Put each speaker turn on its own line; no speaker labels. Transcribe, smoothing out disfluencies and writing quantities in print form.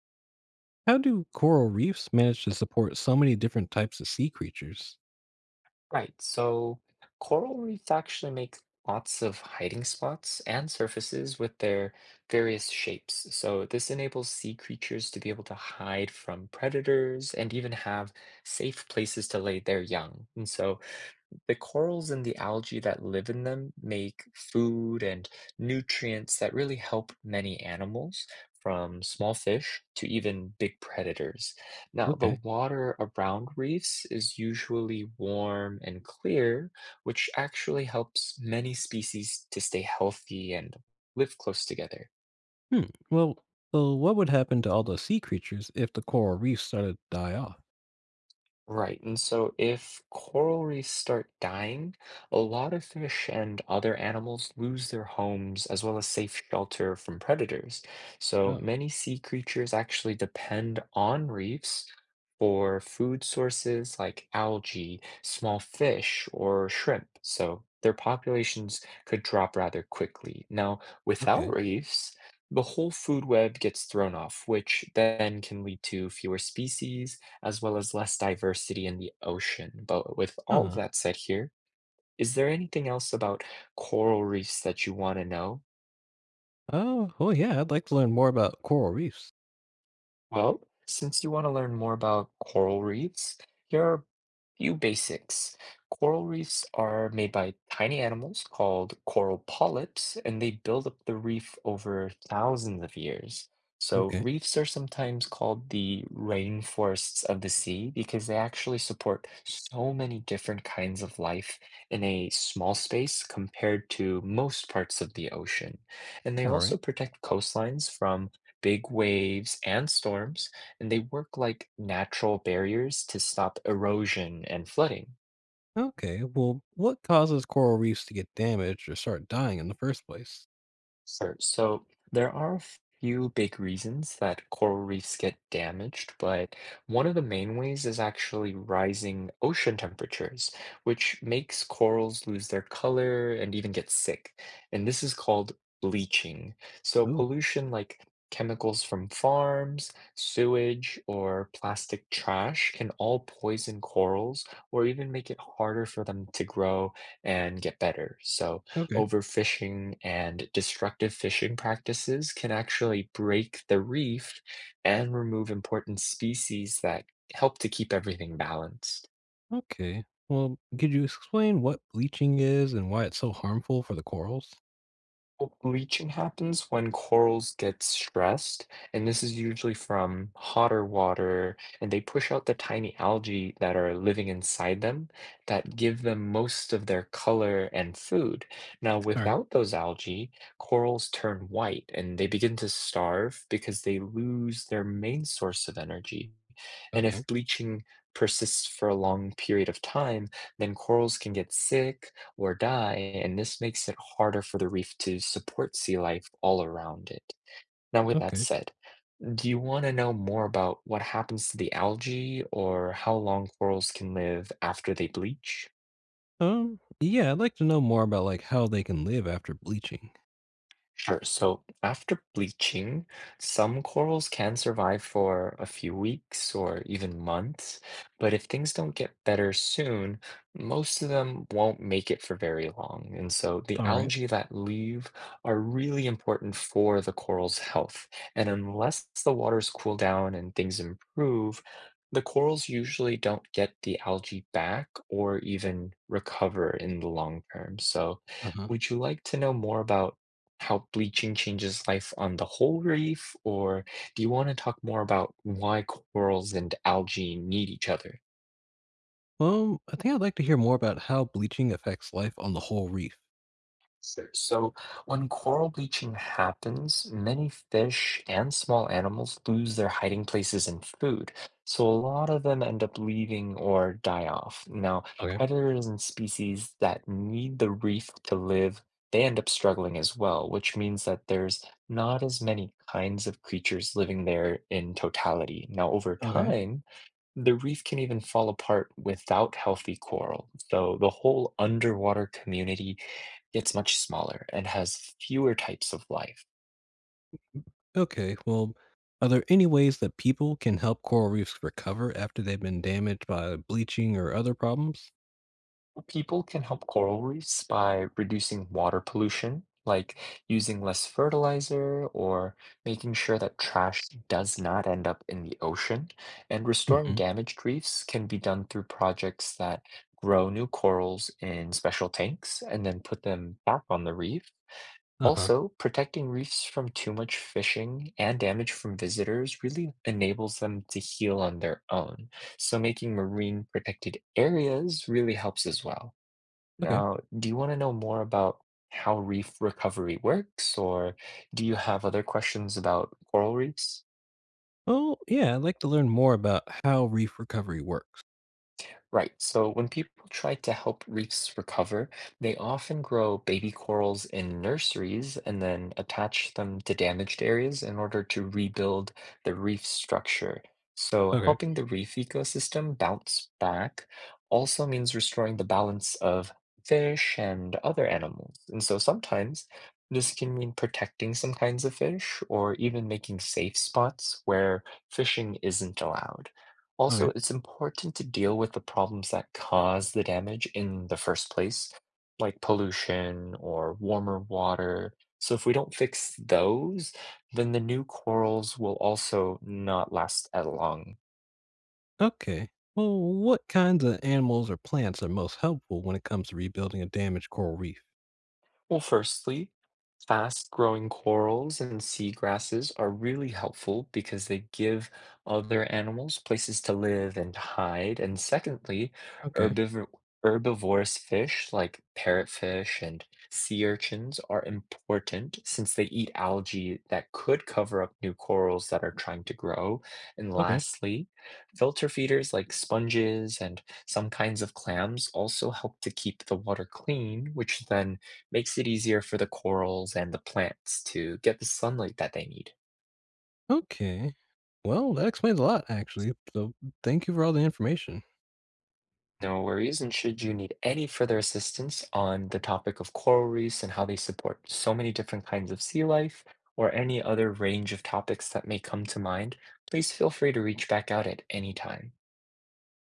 How do coral reefs manage to support so many different types of sea creatures?
Right, so coral reefs actually make lots of hiding spots and surfaces with their various shapes. So this enables sea creatures to be able to hide from predators and even have safe places to lay their young. And so the corals and the algae that live in them make food and nutrients that really help many animals, from small fish to even big predators. Now, the
Okay.
water around reefs is usually warm and clear, which actually helps many species to stay healthy and live close together.
Hmm. Well, so what would happen to all those sea creatures if the coral reefs started to die off?
Right, and so if coral reefs start dying, a lot of fish and other animals lose their homes as well as safe shelter from predators. So
Oh,
many sea creatures actually depend on reefs for food sources like algae, small fish, or shrimp. So their populations could drop rather quickly. Now, without
okay.
reefs, the whole food web gets thrown off, which then can lead to fewer species as well as less diversity in the ocean. But with all of
Huh.
that said here, is there anything else about coral reefs that you want to know?
Oh, well, yeah, I'd like to learn more about coral reefs.
Well, since you want to learn more about coral reefs, here are a few basics. Coral reefs are made by tiny animals called coral polyps, and they build up the reef over thousands of years. So,
Okay.
reefs are sometimes called the rainforests of the sea because they actually support so many different kinds of life in a small space compared to most parts of the ocean. And they
All
also
right.
protect coastlines from big waves, and storms, and they work like natural barriers to stop erosion and flooding.
Okay. Well, what causes coral reefs to get damaged or start dying in the first place?
Sure. So there are a few big reasons that coral reefs get damaged, but one of the main ways is actually rising ocean temperatures, which makes corals lose their color and even get sick. And this is called bleaching. So
Oh,
pollution like chemicals from farms, sewage, or plastic trash can all poison corals or even make it harder for them to grow and get better. So
okay.
overfishing and destructive fishing practices can actually break the reef and remove important species that help to keep everything balanced.
Okay. Well, could you explain what bleaching is and why it's so harmful for the corals?
Well, bleaching happens when corals get stressed, and this is usually from hotter water, and they push out the tiny algae that are living inside them that give them most of their color and food. Now,
All right.
without those algae, corals turn white and they begin to starve because they lose their main source of energy. And
Okay.
if bleaching persists for a long period of time, then corals can get sick or die, and this makes it harder for the reef to support sea life all around it. Now, with that
Okay.
said, do you want to know more about what happens to the algae or how long corals can live after they bleach?
Yeah, I'd like to know more about like how they can live after bleaching.
Sure. So after bleaching, some corals can survive for a few weeks or even months, but if things don't get better soon, most of them won't make it for very long. And so the
All right.
algae that leave are really important for the coral's health. And unless the waters cool down and things improve, the corals usually don't get the algae back or even recover in the long term. So
Uh-huh.
would you like to know more about how bleaching changes life on the whole reef, or do you want to talk more about why corals and algae need each other?
I think I'd like to hear more about how bleaching affects life on the whole reef.
Sure. So when coral bleaching happens, many fish and small animals lose their hiding places and food. So a lot of them end up leaving or die off. Now,
Okay.
predators and species that need the reef to live, they end up struggling as well, which means that there's not as many kinds of creatures living there in totality. Now, over
Okay.
time, the reef can even fall apart without healthy coral, so the whole underwater community gets much smaller and has fewer types of life.
Okay. Well, are there any ways that people can help coral reefs recover after they've been damaged by bleaching or other problems?
People can help coral reefs by reducing water pollution, like using less fertilizer or making sure that trash does not end up in the ocean. And restoring
Hmm.
damaged reefs can be done through projects that grow new corals in special tanks and then put them back on the reef.
Uh-huh.
Also, protecting reefs from too much fishing and damage from visitors really enables them to heal on their own. So, making marine protected areas really helps as well.
Okay.
Now, do you want to know more about how reef recovery works, or do you have other questions about coral reefs?
Oh, yeah, I'd like to learn more about how reef recovery works.
Right, so when people try to help reefs recover, they often grow baby corals in nurseries and then attach them to damaged areas in order to rebuild the reef structure. So,
Okay.
helping the reef ecosystem bounce back also means restoring the balance of fish and other animals. And so, sometimes this can mean protecting some kinds of fish or even making safe spots where fishing isn't allowed. Also,
Okay.
it's important to deal with the problems that cause the damage in the first place, like pollution or warmer water. So, if we don't fix those, then the new corals will also not last as long.
Okay. Well, what kinds of animals or plants are most helpful when it comes to rebuilding a damaged coral reef?
Well, firstly, fast-growing corals and seagrasses are really helpful because they give other animals places to live and hide. And secondly,
Okay.
herbivor herbivorous fish like parrotfish and sea urchins are important since they eat algae that could cover up new corals that are trying to grow. And
Okay.
lastly, filter feeders like sponges and some kinds of clams also help to keep the water clean, which then makes it easier for the corals and the plants to get the sunlight that they need.
Okay. Well, that explains a lot, actually. So thank you for all the information.
No worries, and should you need any further assistance on the topic of coral reefs and how they support so many different kinds of sea life, or any other range of topics that may come to mind, please feel free to reach back out at any time.